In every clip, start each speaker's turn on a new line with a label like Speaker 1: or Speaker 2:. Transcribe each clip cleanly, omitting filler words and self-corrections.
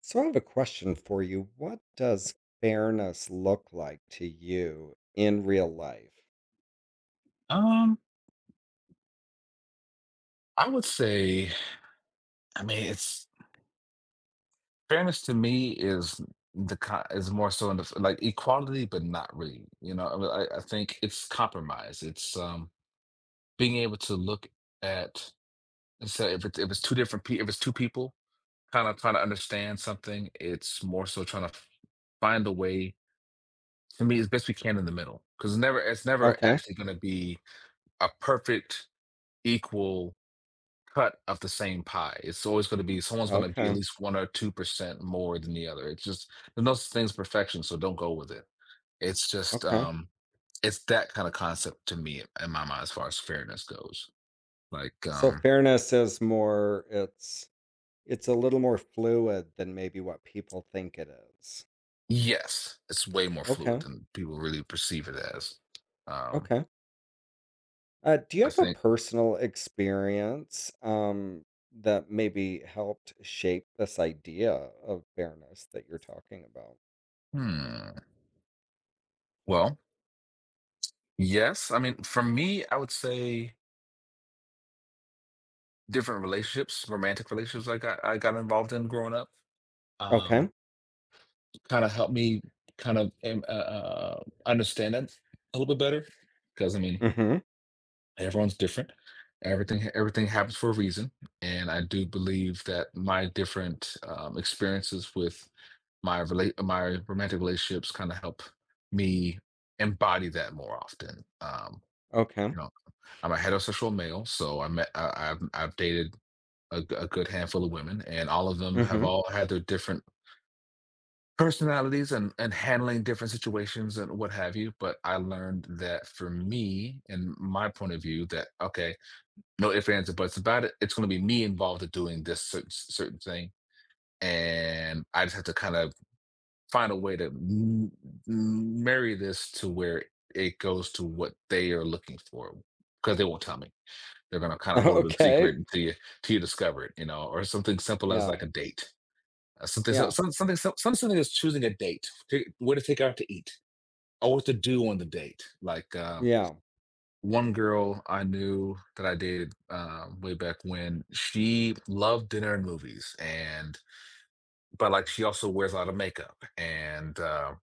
Speaker 1: So I have a question for you. What does fairness look like to you in real life?
Speaker 2: Um, I would say, I mean, it's fairness to me is the is more so in the like equality, but not really. You know, I mean, I think it's compromise. It's being able to look at, so if it's two different people, if it's two people kind of trying to understand something, it's more so trying to find a way to meet as best we can in the middle, because never it's never
Speaker 1: Okay.
Speaker 2: actually going to be a perfect equal cut of the same pie. It's always going to be someone's going to be at
Speaker 1: Okay.
Speaker 2: least 1 or 2% more than the other. It's just there's no such thing as perfection, so don't go with it. It's just
Speaker 1: Okay.
Speaker 2: it's that kind of concept to me in my mind as far as fairness goes. Like
Speaker 1: So
Speaker 2: um,
Speaker 1: fairness is more it's a little more fluid than maybe what people think it is.
Speaker 2: yes, it's way more fluid
Speaker 1: Okay.
Speaker 2: than people really perceive it as. Um,
Speaker 1: Okay. Do you
Speaker 2: I
Speaker 1: have a
Speaker 2: think.
Speaker 1: personal experience that maybe helped shape this idea of fairness that you're talking about?
Speaker 2: Hmm. Well, yes. I mean, for me, I would say different relationships, romantic relationships, like, I got involved in growing up.
Speaker 1: Okay.
Speaker 2: Um, Kind of help me kind of understand that a little bit better because, I mean,
Speaker 1: Mm-hmm.
Speaker 2: everyone's different. Everything happens for a reason, and I do believe that my different experiences with my romantic relationships kind of help me embody that more often.
Speaker 1: Okay.
Speaker 2: You know, I'm a heterosexual male, so I met I, I've dated a good handful of women, and all of them have
Speaker 1: Mm-hmm.
Speaker 2: all had their different personalities and handling different situations and what have you, but I learned that for me and my point of view that, okay, no ifs, ands or buts about it, it's going to be me involved in doing this certain thing, and I just have to kind of find a way to marry this to where it goes to what they are looking for, because they won't tell me. They're going to kind of hold it a secret
Speaker 1: Okay.
Speaker 2: until you discover it, you know, or something simple as
Speaker 1: Yeah.
Speaker 2: like a date. Something, so-
Speaker 1: Yeah,
Speaker 2: some- something, some- Something is choosing a date, where to take her out to eat, or what to do on the date. Like,
Speaker 1: yeah.
Speaker 2: one girl I knew that I dated way back when, she loved dinner and movies, and but like she also wears a lot of makeup, and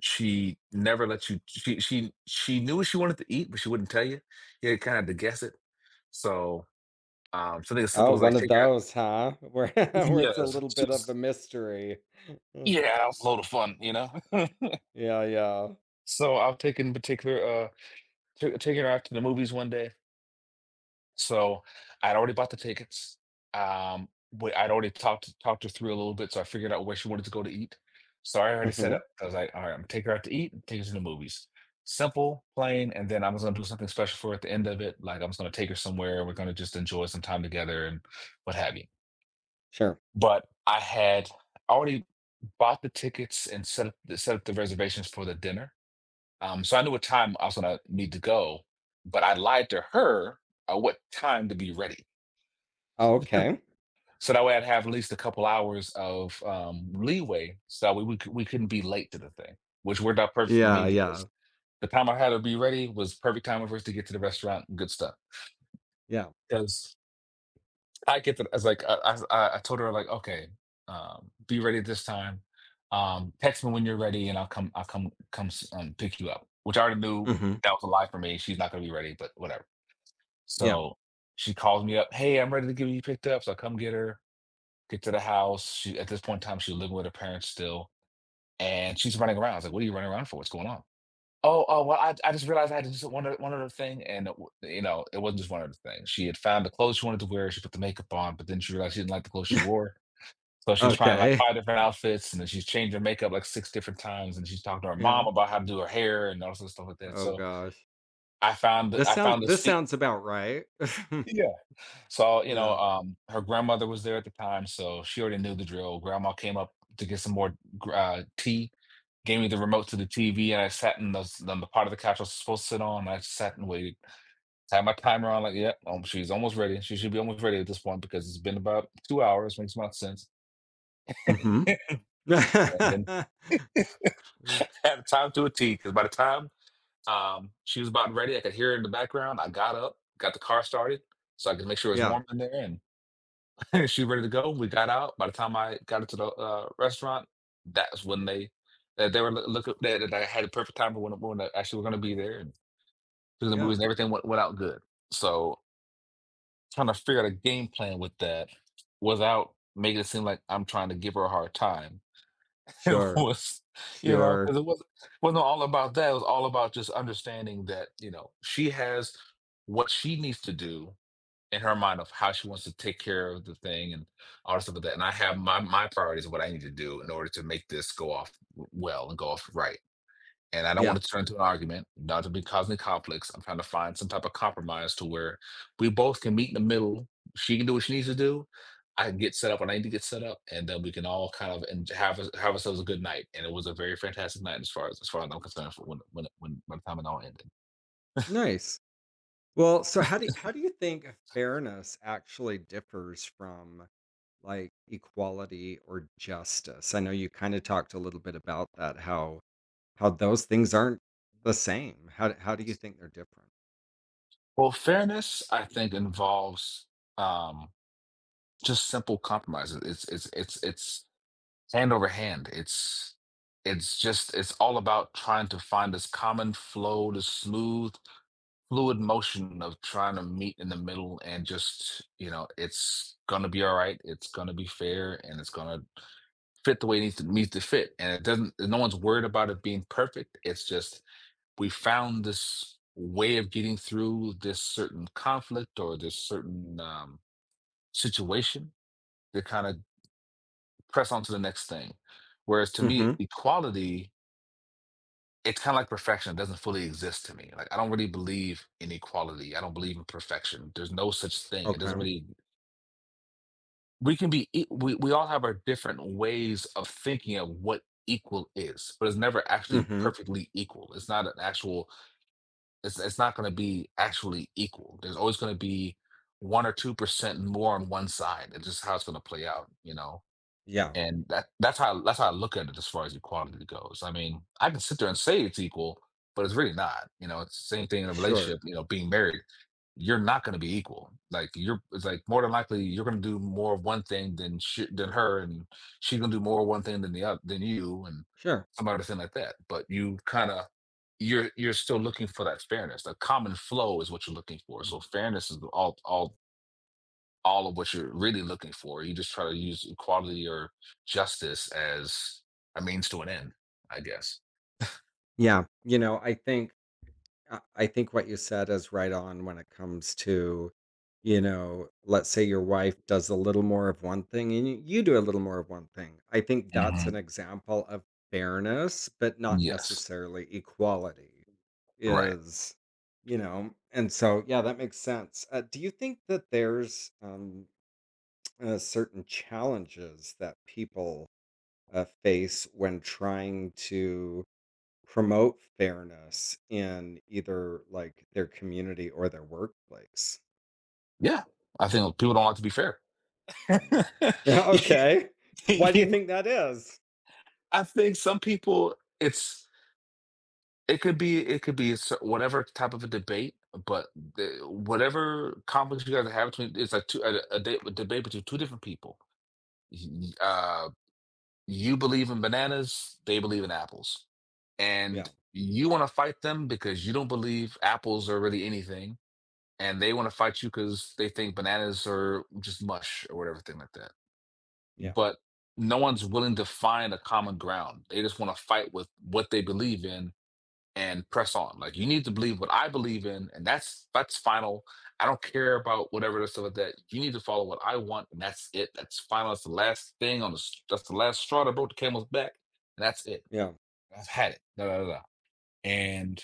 Speaker 2: she never lets you. She knew what she wanted to eat, but she wouldn't tell you. You kind of had to guess it. So something as simple
Speaker 1: Oh,
Speaker 2: as like
Speaker 1: one of
Speaker 2: figure out.
Speaker 1: those, huh? Where where it's a
Speaker 2: Yes,
Speaker 1: little
Speaker 2: she
Speaker 1: bit of a
Speaker 2: was.
Speaker 1: mystery.
Speaker 2: Yeah, that was a load of fun, you know.
Speaker 1: Yeah, yeah.
Speaker 2: So I've taken particular taking her out to the movies one day. So I'd already bought the tickets. I'd already talked her through a little bit, so I figured out where she wanted to go to eat. So I already set up.
Speaker 1: Hmm.
Speaker 2: I was like, all right, I'm gonna take her out to eat and take her to the movies. Simple, plain, and then I am just gonna do something special for her at the end of it. Like, I'm just gonna take her somewhere and we're gonna just enjoy some time together and what have you.
Speaker 1: Sure.
Speaker 2: But I had already bought the tickets and set up set up the reservations for the dinner. So I knew what time I was going to need to go, but I lied to her what time to be ready.
Speaker 1: Oh, okay.
Speaker 2: So that way I'd have at least a couple hours of leeway, so we couldn't be late to the thing, which worked out perfect for
Speaker 1: Yeah,
Speaker 2: me
Speaker 1: yeah,
Speaker 2: because the time I had to be ready was perfect time for us to get to the restaurant and good stuff.
Speaker 1: yeah.
Speaker 2: Because I get to, I was like, I told her like, okay, be ready this time. Text me when you're ready and I'll come, pick you up, which I already knew
Speaker 1: Hmm.
Speaker 2: that was a lie for me. She's not going to be ready, but whatever.
Speaker 1: Yeah.
Speaker 2: So she calls me up, "Hey, I'm ready to get you picked up." So I come get her, get to the house. She, at this point in time, she's living with her parents still, and she's running around. I was like, "What are you running around for? What's going on?" "Oh, oh, well, I just realized I had to just one other thing." And it w, you know, it wasn't just one other thing. She had found the clothes she wanted to wear, she put the makeup on, but then she realized she didn't like the clothes she wore. So she's trying, like,
Speaker 1: Okay.
Speaker 2: 5 different outfits, and then she's changed her makeup, like, 6 different times, and she's talking to her mom
Speaker 1: Yeah.
Speaker 2: about how to do her hair and all sorts of stuff like that.
Speaker 1: Oh
Speaker 2: So
Speaker 1: gosh. This
Speaker 2: I
Speaker 1: sounds
Speaker 2: found the
Speaker 1: this
Speaker 2: seat.
Speaker 1: sounds about right.
Speaker 2: Yeah. So, you know,
Speaker 1: Yeah.
Speaker 2: her grandmother was there at the time, so she already knew the drill. Grandma came up to get some more tea, gave me the remote to the TV, and I sat in the, on the part of the couch I was supposed to sit on. And I sat and waited. Had my timer on, like, yep, she's almost ready. She should be almost ready at this point because it's been about 2 hours, makes much sense.
Speaker 1: Hmm.
Speaker 2: And then had time to a T because by the time she was about ready, I could hear her in the background. I got up, got the car started so I could make sure it was
Speaker 1: Yeah.
Speaker 2: warm in there, and she ready to go. We got out. By the time I got into the restaurant, that's when they that they were looking that, that I had a perfect time when I actually were going to be there, and took the movies
Speaker 1: Yeah.
Speaker 2: and everything went out good. So trying to figure out a game plan with that without making it seem like I'm trying to give her a hard time. It
Speaker 1: Sure.
Speaker 2: was, you know,
Speaker 1: Sure.
Speaker 2: because it wasn't all about that. It was all about just understanding that, you know, she has what she needs to do in her mind of how she wants to take care of the thing and all the stuff like that. And I have my priorities of what I need to do in order to make this go off well and go off right. And I don't
Speaker 1: Yeah.
Speaker 2: want to turn into an argument, not to be causing conflicts. I'm trying to find some type of compromise to where we both can meet in the middle. She can do what she needs to do. I can get set up when I need to get set up, and then we can all kind of and have ourselves a good night. And it was a very fantastic night as far as far as I'm concerned. For when by the time it all ended.
Speaker 1: Nice. Well, so how do you think fairness actually differs from like equality or justice? I know you kind of talked a little bit about that, how those things aren't the same. How do you think they're different?
Speaker 2: Well, fairness, I think, involves um, just simple compromises. It's hand over hand. It's just, it's all about trying to find this common flow, this smooth, fluid motion of trying to meet in the middle, and just, you know, it's gonna be all right. It's gonna be fair, and it's gonna fit the way it needs to fit. And it doesn't. No one's worried about it being perfect. It's just we found this way of getting through this certain conflict or this certain situation to kind of press on to the next thing. Whereas to me,
Speaker 1: Hmm.
Speaker 2: equality, it's kind of like perfection. It doesn't fully exist to me. Like, I don't really believe in equality. I don't believe in perfection. There's no such thing. It doesn't
Speaker 1: Okay.
Speaker 2: really, we can be, we all have our different ways of thinking of what equal is, but it's never actually
Speaker 1: Hmm.
Speaker 2: perfectly equal. It's not an actual, it's not going to be actually equal. There's always going to be 1 or 2% more on one side. It's just how it's going to play out, you know,
Speaker 1: Yeah.
Speaker 2: and that's how I look at it as far as equality goes. I mean, I can sit there and say it's equal, but it's really not. You know, it's the same thing in a
Speaker 1: Sure.
Speaker 2: relationship. You know, being married, you're not going to be equal. Like, you're, it's like more than likely you're going to do more of one thing than than her, and she's going to do more of one thing than the other than you, and
Speaker 1: Sure.
Speaker 2: some other thing like that. But you're still looking for that fairness. The common flow is what you're looking for.
Speaker 1: Mm.
Speaker 2: So fairness is all of what you're really looking for. You just try to use equality or justice as a means to an end, I guess.
Speaker 1: Yeah. I think I think what you said is right on when it comes to, let's say your wife does a little more of one thing and you do a little more of one thing. I think that's
Speaker 2: Hmm.
Speaker 1: an example of fairness, but not
Speaker 2: Yes.
Speaker 1: necessarily equality,
Speaker 2: Right.
Speaker 1: is, and so, yeah, that makes sense. Do you think that there's certain challenges that people face when trying to promote fairness in either, like, their community or their workplace?
Speaker 2: Yeah. I think people don't like to be fair.
Speaker 1: Okay. Why do you
Speaker 2: you,
Speaker 1: think that is?
Speaker 2: I think some people, it could be s- whatever type of a debate, but whatever conflict you guys have between, it's like two, a, de- a debate between two different people. Y- Uh, you believe in bananas, they believe in apples. And
Speaker 1: Yeah,
Speaker 2: you want to fight them because you don't believe apples are really anything. And they want to fight you because they think bananas are just mush or whatever thing like that.
Speaker 1: yeah,
Speaker 2: But no one's willing to find a common ground. They just want to fight with what they believe in and press on. Like, you need to believe what I believe in, and that's final. I don't care about whatever the stuff like that. You need to follow what I want, and that's it. That's final. That's the last straw that broke the camel's back. And that's it.
Speaker 1: yeah,
Speaker 2: I've had it. Da, da, da, da. And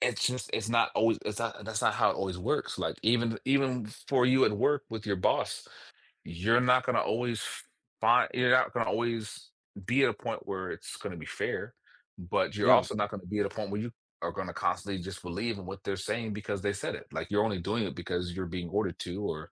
Speaker 2: it's just it's not that's not how it always works. Like, even for you at work with your boss, you're not going to always you're not going to always be at a point where it's going to be fair, but you're
Speaker 1: yeah,
Speaker 2: also not going to be at a point where you are going to constantly just believe in what they're saying because they said it. Like, you're only doing it because you're being ordered to, or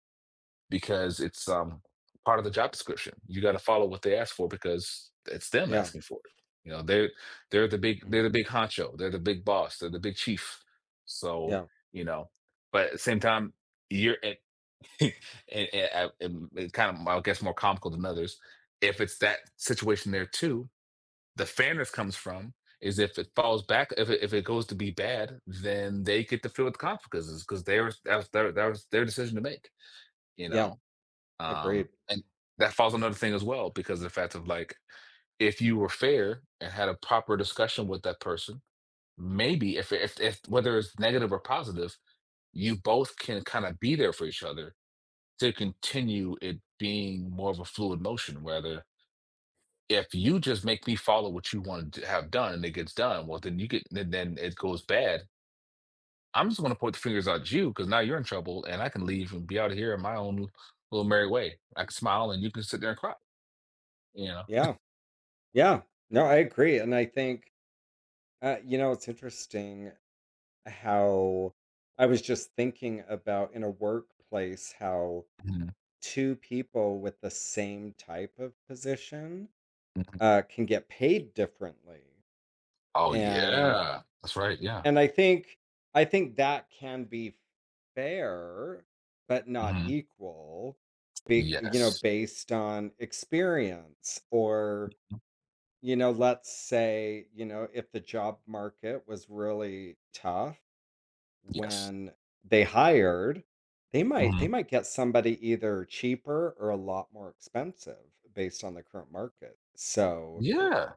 Speaker 2: because it's part of the job description. You got to follow what they ask for because it's them
Speaker 1: yeah,
Speaker 2: asking for it. You know, they're
Speaker 1: mm,
Speaker 2: they're the big honcho, they're the big boss, they're the big chief, so,
Speaker 1: yeah,
Speaker 2: you know. But at the same time, you're, and, and it's kind of, I guess, more comical than others. If it's that situation there too, the fairness comes from, is if it falls back, if it goes to be bad, then they get to feel the consequences because they were that was their decision to make, you
Speaker 1: yeah,
Speaker 2: know.
Speaker 1: agreed.
Speaker 2: And that falls on another thing as well because of the fact of, like, if you were fair and had a proper discussion with that person, maybe if, whether it's negative or positive, you both can kind of be there for each other to continue it being more of a fluid motion. Rather, if you just make me follow what you want to have done and it gets done, well, then then it goes bad. I'm just going to point the fingers at you because now you're in trouble, and I can leave and be out of here in my own little merry way. I can smile, and you can sit there and cry. You know.
Speaker 1: Yeah, yeah. No, I agree, and I think, it's interesting how I was just thinking about in a workplace how
Speaker 2: Mhm,
Speaker 1: 2 people with the same type of position,
Speaker 2: mhm.
Speaker 1: can get paid differently,
Speaker 2: Oh
Speaker 1: and
Speaker 2: yeah, that's right. Yeah.
Speaker 1: And I think that can be fair, but not
Speaker 2: Hmm.
Speaker 1: equal,
Speaker 2: Yes.
Speaker 1: based on experience, or, let's say, if the job market was really tough
Speaker 2: Yes.
Speaker 1: when they hired, they might
Speaker 2: Hmm.
Speaker 1: get somebody either cheaper or a lot more expensive based on the current market. So
Speaker 2: Yeah.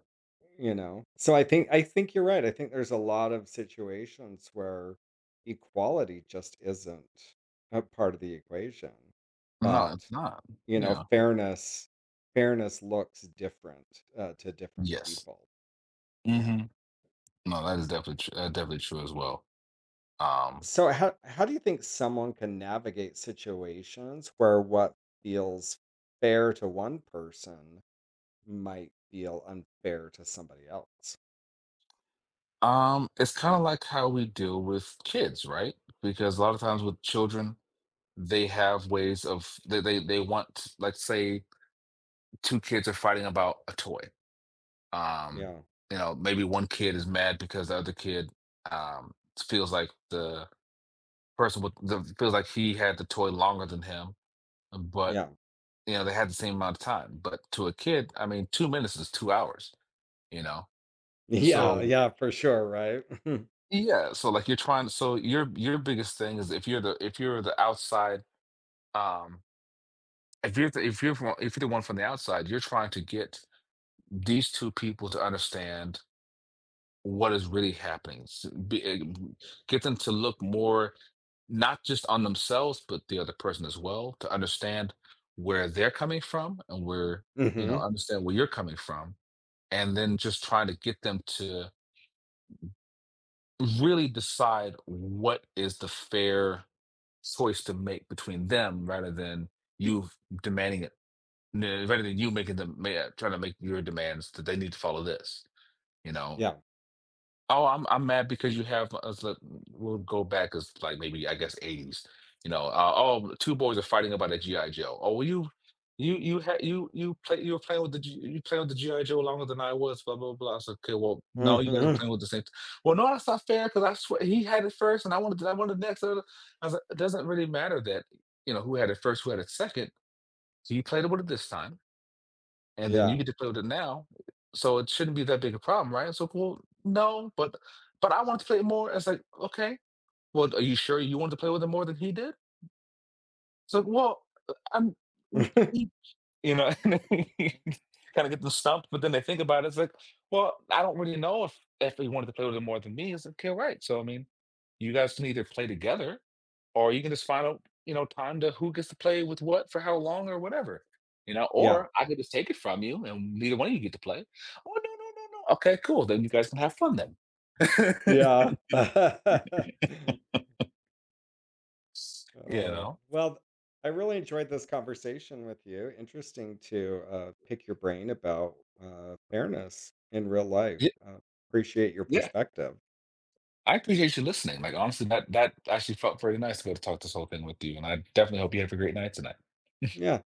Speaker 1: you know? So I think you're right. I think there's a lot of situations where equality just isn't a part of the equation.
Speaker 2: No, it's
Speaker 1: But,
Speaker 2: not.
Speaker 1: you know,
Speaker 2: Yeah.
Speaker 1: fairness fairness looks different to different
Speaker 2: Yes.
Speaker 1: people. Yeah.
Speaker 2: Hmm. No, that is definitely definitely true as well. Um,
Speaker 1: So how do you think someone can navigate situations where what feels fair to one person might feel unfair to somebody else?
Speaker 2: It's kind of like how we deal with kids, right? Because a lot of times with children, they have ways of they want, let's say two kids are fighting about a toy. Um,
Speaker 1: Yeah.
Speaker 2: you know, maybe one kid is mad because the other kid um feels like the person with the feels like he had the toy longer than him, but,
Speaker 1: Yeah.
Speaker 2: you know, they had the same amount of time. But to a kid, I mean, 2 minutes is 2 hours, you know.
Speaker 1: Yeah,
Speaker 2: So,
Speaker 1: yeah, for sure, right?
Speaker 2: yeah, so like you're trying, so your biggest thing is if you're the outside, um if you're the one from the outside, you're trying to get these two people to understand what is really happening. Get them to look more not just on themselves but the other person as well to understand where they're coming from, and where, you know,
Speaker 1: Mhm.
Speaker 2: understand where you're coming from, and then just trying to get them to really decide what is the fair choice to make between them, rather than you demanding it, rather than you trying to make your demands that they need to follow this, you know.
Speaker 1: Ja.
Speaker 2: Oh, I'm mad because you have us. Look, we'll go back as like maybe, I guess, eighties. You know, oh, two boys are fighting about a GI Joe. Oh, well, you had you were playing with you playing with the GI Joe longer than I was. Blah blah blah. I said, okay, well, no, you guys are
Speaker 1: Mhm.
Speaker 2: playing with the same. Well, no, that's not fair because I swear he had it first, and I wanted next. Uh, I was like, it doesn't really matter that, you know, who had it first, who had it second. He played with it this time, and then you
Speaker 1: Yeah.
Speaker 2: get to play with it now. So it shouldn't be that big a problem, right? So, like, well, no, but I want to play it more. It's like, okay, well, are you sure you want to play with it more than he did? It's like, well, I'm, you know, and they kind of get them stumped. But then they think about it, it's like, well, I don't really know if he wanted to play with him more than me. It's like, okay, right. So, I mean, you guys can either play together, or you can just find out, you know, time to who gets to play with what for how long or whatever. You know,
Speaker 1: Yeah.
Speaker 2: or I could just take it from you, and neither one of you get to play. Oh no, no, no, no. Okay, cool. Then you guys can have fun then.
Speaker 1: Yeah.
Speaker 2: You
Speaker 1: Oh,
Speaker 2: know,
Speaker 1: well, I really enjoyed this conversation with you. Interesting to, pick your brain about, fairness in real life.
Speaker 2: yeah,
Speaker 1: Uh, Appreciate your
Speaker 2: yeah.
Speaker 1: perspective.
Speaker 2: I appreciate you listening. Like, honestly, that actually felt very nice to be able to talk this whole thing with you, and I definitely hope you have a great night tonight.
Speaker 1: Yeah.